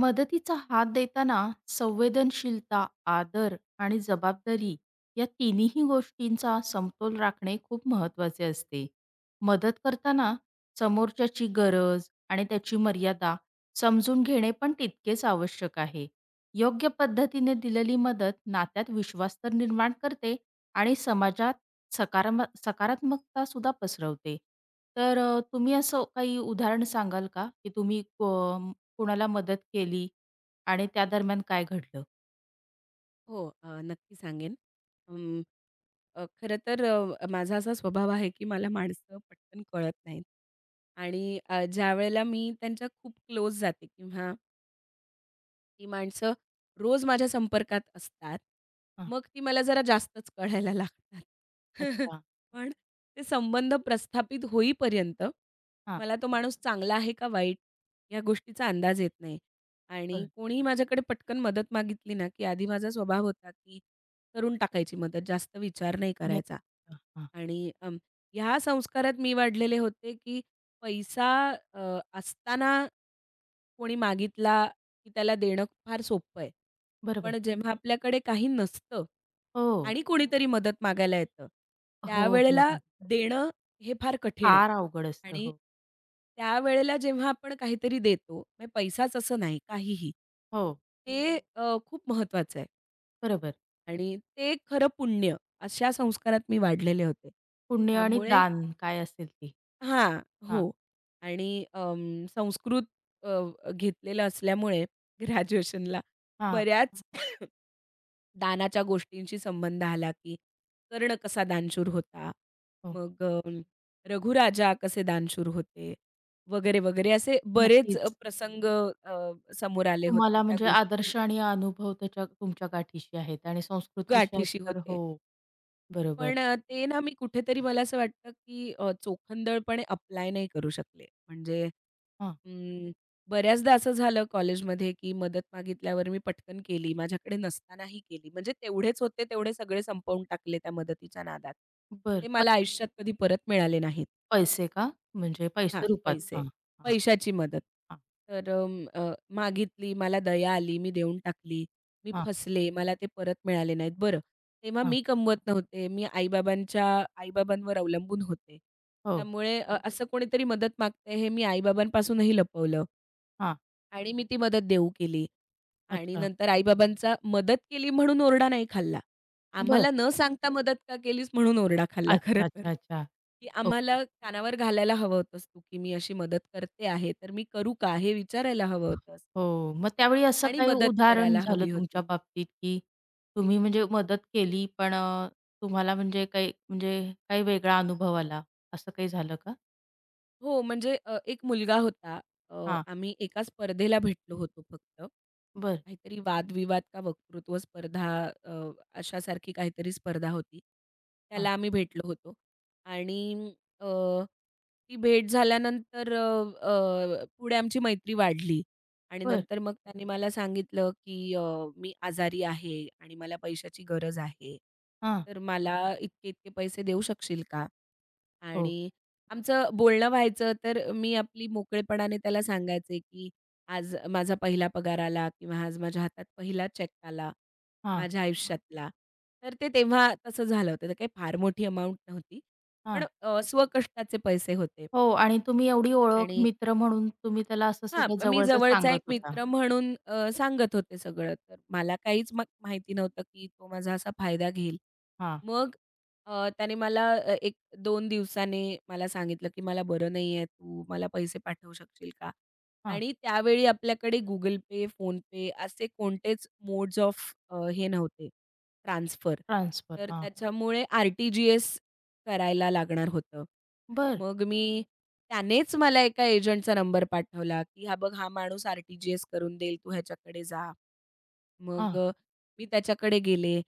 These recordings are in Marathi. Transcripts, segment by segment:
मदतीचा हात देताना संवेदनशीलता, आदर आणि जबाबदारी या तिन्ही गोष्टींचा समतोल राखणे खूप महत्त्वाचे असते. मदत करताना समोरच्याची गरज आणि त्याची मर्यादा समजून घेणे पण तितकेच आवश्यक आहे. योग्य पद्धतीने दिलेली मदत नात्यात विश्वास तर निर्माण करते आणि समाजात सकारात्मकता सुद्धा पसरवते. तर तुम्ही असं काही उदाहरण सांगाल का, की तुम्ही कोणाला मदत केली आणि त्या दरम्यान काय घडलं? हो, नक्की सांगेन. अं, खरं तर माझा असा स्वभाव आहे, की मला माणसं पटकन कळत नाहीत आणि ज्यावेळेला मी त्यांच्या खूप क्लोज जाते किंवा ती माणसं रोज माझ्या संपर्कात असतात. हां. मग ती मला जरा जास्तच कळायला लागतात. अच्छा. पण ते संबंध प्रस्थापित होईपर्यंत हां. मला तो माणूस चांगला आहे का वाईट या गोष्टीचा अंदाज येत नाही. आणि बरं. कोणीही माझ्याकडे पटकन मदत मागितली ना, की आधी माझा स्वभाव होता, की करून टाकायची मदत, जास्त विचार नाही नाही. करायचा. हां. आणि ह्या संस्कारात मी वाढलेले होते, की पैसा असताना कोणी मागितला की त्याला देणं फार सोपं आहे. बरोबर. पण जेव्हा आपल्याकडे काही नसतं हो. आणि कोणीतरी मदत मागायला येतं, हो, हो, त्यावेळेला हो. देणं हे फार कठीण आहे फार अवघड असतं. आणि हो. त्यावेळेला जेव्हा आपण काहीतरी देतो, म्हणजे पैसाच असं नाही, काहीही. हो. ते हं. खूप महत्त्वाचं आहे बरोबर. आणि ते खरं पुण्य अशा संस्कारात मी वाढलेले होते. पुण्य आणि त्यामुळे दान काय असेल ते. हां, हां. हो. आणि संस्कृत घेतलेलं असल्यामुळे ग्रॅज्युएशनला हां. बऱ्याच दानाच्या गोष्टींशी संबंध आला, की कर्ण कसा दानशूर होता, हो. मग रघुराजा कसे दानशूर होते वगैरे, वगैरे असे बरेच नक्कीच. प्रसंग अ, समोर आले होते. तुम्हाला त्या म्हणजे गोष्टी आदर्श आणि अनुभव त्याच्या तुमच्या गाठीशी आहेत आणि संस्कृत विषयात गाठीशी तर होते. हो, बरोबर. पण ते ना मी कुठेतरी मला असं वाटतं, की चोखंदळपणे अप्लाय नाही करू शकले. म्हणजे हां. अं, बऱ्याचदा असं झालं कॉलेजमध्ये, की मदत मागितल्यावर मी पटकन केली. माझ्याकडे नसतानाही केली. म्हणजे तेवढेच होते, तेवढे सगळे संपवून टाकले त्या मदतीच्या नादात. बरं. ते प मला आयुष्यात कधी परत मिळाले नाहीत. पैसे का? म्हणजे हां, पैसे रूपात. पैसे. हां, हां, पैशाची मदत. हां, तर मागितली, मला दया आली, मी देऊन टाकली, मी हां, फसले, मला ते परत मिळाले नाहीत. बरं, तेव्हा हां. मी कमवत नव्हते. मी आई-बाबांवर अवलंबून होते. हो. त्यामुळे बरोबर. असं कोणीतरी मदत मागतंय हे मी आई-बाबांपासूनही लपवलं. हां. आणि मी ती मदत देऊ केली. आणि अच्छा. नंतर आई-बाबांचा मदत केली म्हणून ओरडा नाही खाल्ला. बरं. आम्हाला न सांगता मदत का केलीस म्हणून ओरडा खाल्ला खरं अच्छा, तर. अच्छा, अच्छा. की ओके. आम्हाला कानावर घालायला हवं होतंस तू, की मी अशी मदत करते आहे, तर मी करू का? हे विचारायला हवं होतंस हो. मग त्यावेळी असं आणि काही मदत उदाहरण करायला झालं हवी होती. तुमच्या बाबतीत, की तुम्ही म्हणजे मदत केली, पण तुम्हाला म्हणजे काही म्हणजे काही वेगळा अनुभव आला, असं काही झालं का? हो, म्हणजे एक मुलगा होता. हां. आम्ही एका स्पर्धेला भेटलो होतो फक्त. बर, काहीतरी वादविवाद का वक्तृत्व स्पर्धा अ, अशासारखी काहीतरी स्पर्धा होती. हां. त्याला आम्ही भेटलो होतो आणि अ, ती भेट झाल्यानंतर अ, अ, पुढे आमची मैत्री वाढली आणि बरं. नंतर मग त्याने मला सांगितलं, की "मी आजारी आहे आणि मला पैशाची गरज आहे. हां. तर मला इतके-इतके पैसे देऊ शकशील का?" हो. आणि आमचं बोलणं व्हायचं तर मी आपली मोकळेपणाने त्याला सांगायचे, की "आज माझा पहिला पगार आला किंवा आज माझ्या हातात पहिला चेक आला हां. माझ्या आयुष्यातला." तर ते तेव्हा तसं झालं होतं. तर काही फार मोठी अमाउंट नव्हती. पण हां. स्वकष्टाचे पैसे होते हो आणि तुम्ही एवढी ओळख, आणि मित्र म्हणून तुम्ही त्याला असं हां, सगळं मी जवळचं जवळचा एक सांगत होता. मित्र म्हणून सांगत होते सगळं. तर मला काहीच मग माहिती नव्हतं, की तो माझा असा फायदा घेईल. हां. मग त्याने मला 1-2 दिवसाने मला सांगितलं, की "मला बरं नाहीये. तू मला पैसे पाठवू शकशील का?" हां. आणि त्यावेळी आपल्याकडे Google Pay, PhonePe असे कोणतेच मोड्स ऑफ हे नव्हते ट्रान्सफर. ट्रान्सफर. तर हां. त्याच्यामुळे आर-टी-जी-एस करायला लागणार होतं. बरं. मग मी त्यानेच मला एका एजंटचा नंबर पाठवला, की "हा बघ, हा माणूस आर-टी-जी-एस करून देईल, तू ह्याच्याकडे जा." मग हां. मी त्याच्याकडे गेले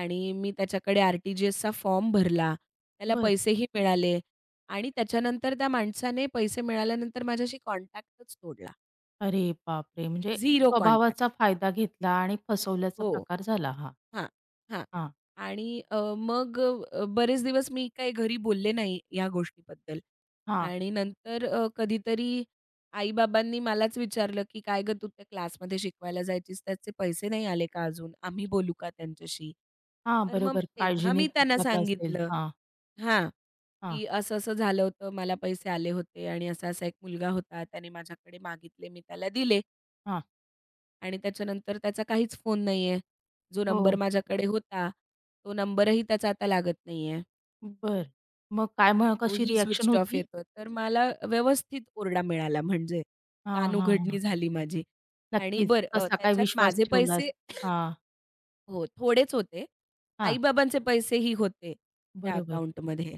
आणि मी त्याच्याकडे आर-टी-जी-एसचा फॉर्म भरला. त्याला बरं. पैसेही मिळाले आणि त्याच्यानंतर त्या माणसाने पैसे मिळाल्यानंतर माझ्याशी कॉन्टॅक्टच तोडला. अरे बापरे! म्हणजे झिरो कॉन्टॅक्ट. स्वभावाचा फायदा घेतला आणि फसवल्याचा हो. प्रकार झाला हा. हां, हां. हां. आणि मग बरेच दिवस मी काही घरी बोलले नाही या गोष्टीबद्दल हा आणि नंतर कधीतरी आई-बाबांनी मलाच विचारलं, की "काय गं तू त्या क्लासमध्ये शिकवायला जायचीस, त्याचे पैसे नाही आले का अजून? आम्ही बोलू का त्यांच्याशी?" हां, तर मग बरोबर. तेव्हा काळजीने मी त्यांना विचारलं असेल. सांगितलं हां, हां, हां, की असं-असं झालं होतं, मला पैसे आले होते आणि असा-असा एक मुलगा होता, त्याने माझ्याकडे मागितले, मी त्याला दिले. हां. आणि त्याच्यानंतर त्याचा काहीच फोन नाही आहे. जो नंबर हो, माझ्याकडे होता, तो नंबरही त्याचा आता लागत नाही आहे. बरं. मग काय मग कशी तोही रिएक्शन स्विच्ड ऑफ होती? येतोय. तर मला व्यवस्थित ओरडा मिळाला म्हणजे. हां, हां, कानउघडणी हां. झाली माझी. आणि नक्कीच. बरं कसा काय त्याच्यात विश्वास माझे ठेवलास? पैसे हां, हो, थोडेच होते. हां, आई-बाबांचे पैसेही होते त्या बरोबर. अकाउंटमध्ये.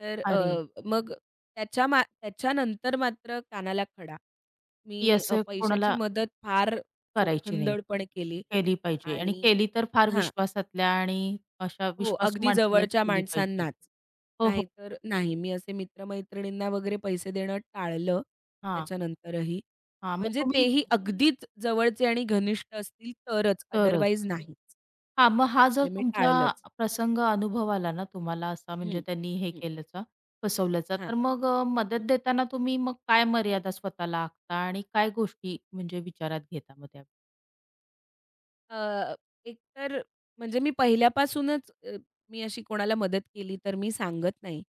तर अरे, मग त्याच्यानंतर मात्र कानाला खडा. मी की असं पैशाची कोणाला मदत फार करायची नाही. चोखंदळपणे केली केली पाहिजे आणि आणि केली तर फार हां. विश्वासातल्या आणि अशा हो, विश्वासू अगदी माणसालाच जवळच्या केली पाहिजे. माणसांनाच. हो, हो. नाहीतर नाही. मी असे मित्र-मैत्रिणींना वगैरे पैसे देणं टाळलं हां, त्याच्यानंतरही. हां. मग म्हणजे तुम्ही तेही अगदीच जवळचे आणि घनिष्ठ असतील तरच, तरच. अदरवाईज नाहीच. हां, मग हा जर म्हणजे मी तुमचा टाळलंच. प्रसंग अनुभव आला ना तुम्हाला असा म्हणजे हं, त्यांनी हे हं. केल्याचा, फसवल्याचा, हां. हं. तर मग मदत देताना तुम्ही मग काय मर्यादा स्वतःला आखता आणि काय गोष्टी म्हणजे विचारात घेता मग त्या? अ, एकतर म्हणजे मी पहिल्यापासूनच मी अशी कोणाला मदत केली तर मी सांगत नाही.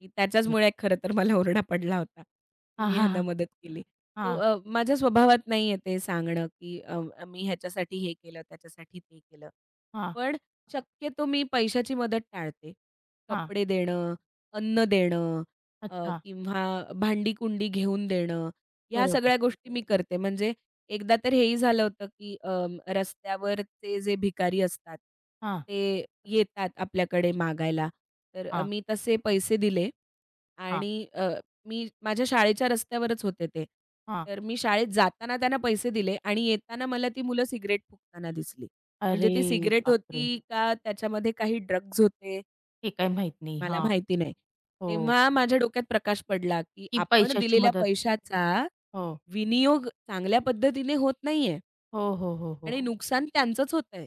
की त्याच्याचमुळे खरं तर मला ओरडा पडला होता, की हां, मी हां, हां. ह्यांना मदत केली. सो हां, माझ्या स्वभावात नाहीये ते सांगणं, की मी ह्याच्यासाठी हे केलं, त्याच्यासाठी ते केलं. हां, पण शक्यतो मी पैशाची मदत टाळते. हां. कपडे देणं, अन्न देणं अच्छा. किंवा भांडी-कुंडी घेऊन देणं, ह्या बरोबर. सगळ्या गोष्टी मी करते. म्हणजे एकदा तर हेही झालं होतं, की रस्त्यावरचे जे भिकारी असतात, हां, ते येतात आपल्याकडे मागायला. तर हां, मी तसे पैसे दिले हां, आणि मी माझ्या शाळेच्या रस्त्यावरच होते ते. हां. तर मी शाळेत जाताना त्यांना पैसे दिले आणि येताना मला ती मुलं सिगारेट फुकताना दिसली. म्हणजे अरे ती सिगारेट बापरे! होती का त्याच्यामध्ये काही ड्रग्ज होते हे काय माहीत नाही. मला हां. माहिती नाही. हो. तेव्हा माझ्या डोक्यात प्रकाश पडला, की की आपण पैशाची दिलेल्या मदत. पैशाचा हो. विनियोग चांगल्या पद्धतीने होत नाहीये. हो, हो, हो, हो. आणि नुकसान त्यांचंच होतंय.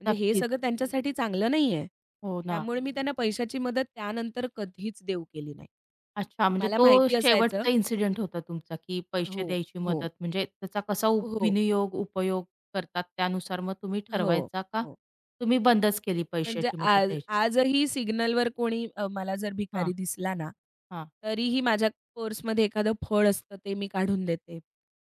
म्हणजे हे नक्कीच. सगळं त्यांच्यासाठी चांगलं नाहीये. हो ना. त्यामुळे मी त्यांना पैशाची मदत त्यानंतर कधीच देऊ केली नाही. अच्छा, म्हणजे मला तो माहिती असायचं शेवटचा इन्सिडेंट होता तुमचा, की हो, पैसे द्यायची हो, मदत. म्हणजे त्याचा कसा हो, विनियोग, उपयोग करतात त्यानुसार मग तुम्ही हो, ठरवायचा का हो. तुम्ही बंदच केली म्हणजे पैशाची मदत आज द्यायची? आजही सिग्नलवर कोणी मला जर हां, भिकारी दिसला ना, हां. तरीही माझ्या पर्समध्ये एखादं फळ असतं ते मी काढून देते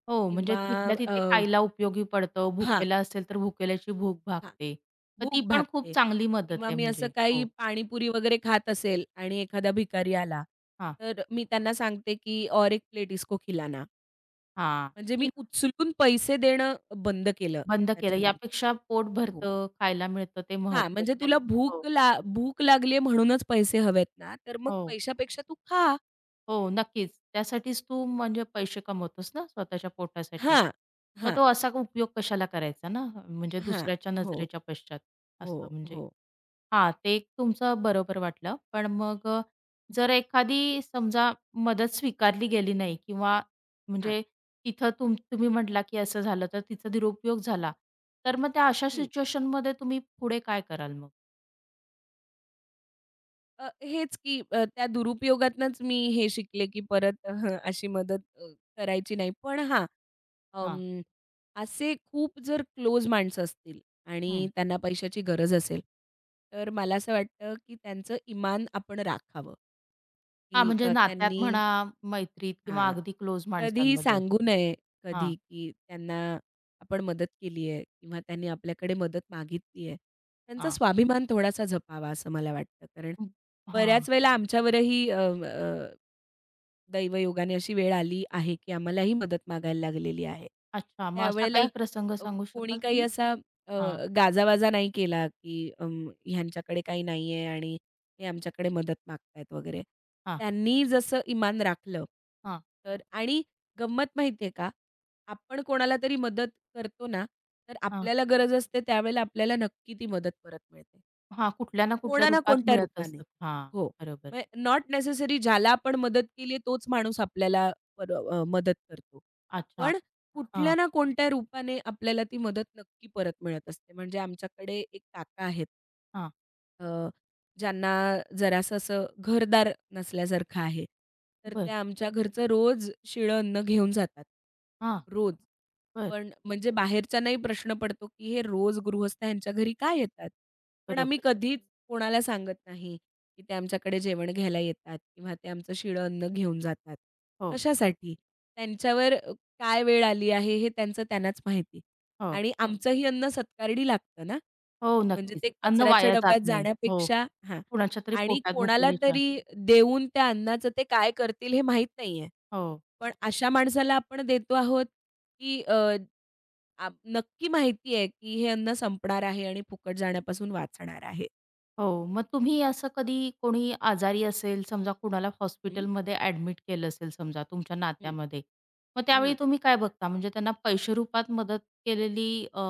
हो, म्हणजे किंवा तिथल्या अ, तिथे खायला उपयोगी पडतं, हां, भुकेला असेल तर भुकेल्याची भूक हां. भागते. तर भूक ती पण खूप भागते चांगली मदत किंवा आहे मी असं म्हणजे. काही हो. पाणीपुरी वगैरे खात असेल आणि एखादा भिकारी आला, हां, तर मी त्यांना सांगते, की "और एक प्लेट इसको खिलाना." हां. म्हणजे मी ती उचलून पैसे देणं बंद केलं बंद केलं त्याच्यानंतर. यापेक्षा पोट हो. भरतं, खायला मिळतं ते हां, महत्वाचं म्हणजे आहे तुला ना. भूक हो, ला भूक लागली म्हणूनच पैसे हवेत ना, तर मग हो. पैशापेक्षा तू खा. हो, नक्कीच. त्यासाठीच तू म्हणजे पैसे कमवतोस ना स्वतःच्या पोटासाठी. हां, मग हां, तो असा उपयोग कशाला करायचा ना, म्हणजे हां. दुसऱ्याच्या हो, नजरेच्या पश्चात हो, असा म्हणजे हो. हां, ते एक तुमचं बरोबर वाटलं. पण मग जर एखादी समजा मदत स्वीकारली गेली नाही किंवा हां. म्हणजे तिथं तुम्ही म्हटला, की असं झालं तर तिचा दुरुपयोग झाला. तर मग त्या अशा हं. सिच्युएशनमध्ये तुम्ही पुढे काय कराल मग? हेच की त्या दुरुपयोगातनंच मी हे शिकले, की परत अशी मदत करायची नाही. पण हां, हां. अं, असे खूप जर क्लोज माणसं असतील हं. आणि त्यांना पैशाची गरज असेल, तर मला असं वाटतं, की त्यांचं इमान आपण राखावं, हां, की म्हणजे नात्यात त्यांनी म्हणा, मैत्रीत किंवा हां. अगदी क्लोज कधीही माणसांमध्ये. सांगू नये कधी, की त्यांना आपण मदत केली आहे किंवा त्यांनी आपल्याकडे मदत मागितली आहे. त्यांचा हां. स्वाभिमान थोडासा जपावा असं मला वाटतं. कारण हं. हां. बऱ्याच वेळेला आमच्यावरही अ, अ, दैवयोगाने अशी वेळ आली आहे, की आम्हालाही मदत मागायला लागलेली आहे. अच्छा. मग असा त्यावेळेला काही प्रसंग अ, सांगू कोणी शकाल काही तुम्ही? असा अ, हां, गाजावाजा नाही केला, की ह्यांच्याकडे काही नाही आहे आणि ते आमच्याकडे मदत मागतायत वगैरे. हां, त्यांनी जसं इमान राखलं, हां, तर आणि गंमत माहिती आहे का? आपण कोणाला तरी मदत करतो ना, तर हां. आपल्याला गरज असते त्यावेळेला आपल्याला नक्की ती मदत परत मिळते. हां, कुठल्या ना कुठल्या कोणा ना रूपात कोणत्या मिळत रूपाने. असतात. हां, हो. बरोबर. म्हणजे नॉट नेसेसरी ज्याला आपण मदत केली तोच माणूस आपल्याला मदत करतो. अच्छा. पण कुठल्या हां, ना कोणत्या रूपाने आपल्याला ती मदत नक्की परत मिळत असते. म्हणजे आमच्याकडे एक काका आहेत. हां. अ, ज्यांना जरासं असं घरदार नसल्यासारखं आहे. तर ते बरं. आमच्या घरचं रोज शिळं अन्न घेऊन जातात. हां, रोज. बरं. पण म्हणजे बाहेरच्यांनाही प्रश्न पडतो, की हे रोज गृहस्थ ह्यांच्या घरी का येतात? पण आम्ही बरोबर. कधीच हं. कोणाला सांगत नाही, की ते आमच्याकडे जेवण घ्यायला येतात किंवा ते आमचं शिळं अन्न घेऊन जातात. हो, कशासाठी? त्यांच्यावर काय वेळ आली आहे हे त्यांचं त्यांनाच माहिती. हो. आणि आमचंही अन्न सत्कारडी लागतं ना, हो, म्हणजे नक्कीच. ते अन्न कचऱ्याच्या वाया जात डब्यात नाही. हो. जाण्यापेक्षा हां. कुणाच्यातरी आणि पोटात कोणाला भुकेलेच्या तरी देऊन त्या अन्नाचं ते काय करतील हे माहीत नाहीये. हो. पण अशा माणसाला आपण देतो आहोत, की नक्की माहिती आहे, की हे अन्न संपणार आहे आणि फुकट जाण्यापासून वाचणार आहे. हो, मग तुम्ही असं कधी कोणी आजारी असेल, समजा कुणाला हं, हॉस्पिटलमध्ये ॲडमिट केलं असेल समजा तुमच्या हं, नात्यामध्ये, मग त्यावेळी हं. तुम्ही काय बघता? म्हणजे त्यांना पैशेरूपात मदत केलेली अ,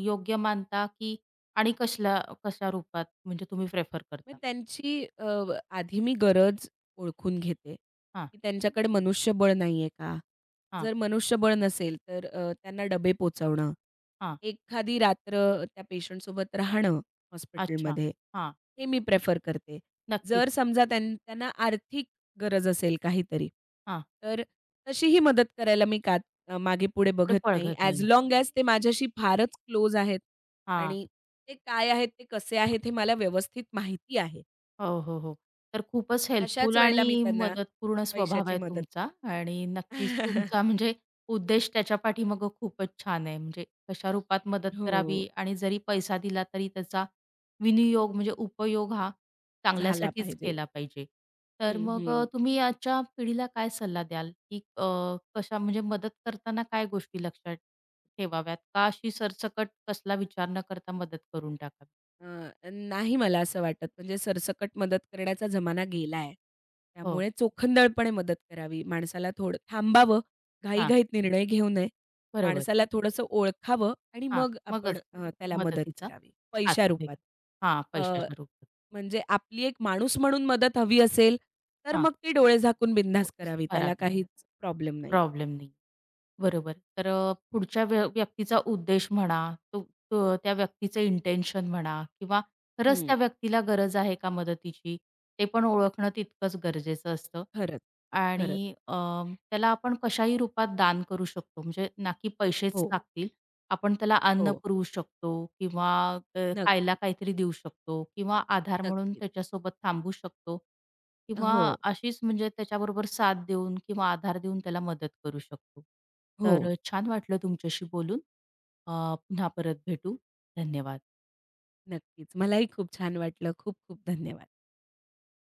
योग्य मानता, की आणि कसल्या कशा रूपात म्हणजे तुम्ही प्रेफर मग करता? त्यांची आधी मी गरज ओळखून घेते, हां, की त्यांच्याकडे मनुष्यबळ नाहीये का? हां, जर मनुष्यबळ नसेल, तर त्यांना डबे पोहचवणं. हां. एखादी रात्र त्या पेशंटसोबत राहणं अच्छा. हॉस्पिटलमध्ये, हां, हे मी प्रेफर करते. नक्कीच. जर समजा त्यांना आर्थिक गरज असेल काहीतरी, हां, तर तशीही मदत करायला मी का मागे-पुढे पुढे बघत नाही. पळघत ॲज नाही. लाँग ॲज ते माझ्याशी फारच क्लोज आहेत हां. आणि ते काय आहेत, ते कसे आहेत हे मला व्यवस्थित माहिती आहे. हो, हो, हो. तर खूपच अशाच हेल्पफुल आणि वेळेला मी त्यांना मदतपूर्ण स्वभाव पैशाची आहे मदत तुमचा करते. आणि नक्कीच तुमचा म्हणजे उद्देश त्याच्या पाठीमागं खूपच छान आहे. म्हणजे कशा रूपात मदत हो, करावी आणि जरी पैसा दिला तरी त्याचा विनियोग म्हणजे उपयोग हा झाला चांगल्यासाठीच पाहिजे. केला पाहिजे. तर हं, मग हं. तुम्ही याच्या पिढीला काय सल्ला द्याल, की कशा म्हणजे मदत करताना काय गोष्टी लक्षात ठेवाव्यात? का अशी सरसकट कसला विचार न करता मदत करून टाकावी? नाही मला असं वाटत. म्हणजे सरसकट मदत करण्याचा जमाना गेला आहे. हो. त्यामुळे चोखंदळपणे मदत करावी. माणसाला थोडं थांबावं, हां, घाईघाईत निर्णय घेऊ नये. बरोबर. माणसाला थोडंसं ओळखावं आणि हां, मग आपण मगच त्याला मदत मदतीचा करावी, हात पैशा पुढे रूपात. हां, अ, पैशाच्या रूपात. म्हणजे आपली एक माणूस म्हणून मदत हवी असेल, तर हां, मग ती डोळे झाकून हो, बिनधास्त असं करावी. त्याला करावी. काहीच प्रॉब्लेम नाहीये. प्रॉब्लेम नाही. बरोबर. तर पुढच्या व्यक्तीचा उद्देश म्हणा, तो तो त्या व्यक्तीचं इंटेन्शन म्हणा किंवा खरंच हं. त्या व्यक्तीला गरज आहे का मदतीची, ते पण ओळखणं तितकंच गरजेचं असतं. खरंच, खरंच. आणि त्याला आपण कशाही रूपात दान करू शकतो. म्हणजे ना की पैसेच हो, लागतील, आपण त्याला हो. अन्न पुरवू शकतो किंवा अ, खायला नक्कीच, काहीतरी देऊ शकतो किंवा आधार म्हणून नक्कीच. त्याच्यासोबत थांबू शकतो किंवा हो, अशीच म्हणजे त्याच्याबरोबर साथ देऊन किंवा आधार देऊन त्याला मदत करू शकतो. हो. तर छान वाटलं तुमच्याशी बोलून. पुन्हा परत भेटू. धन्यवाद. नक्कीच. मलाही खूप छान वाटलं. खूप खूप धन्यवाद.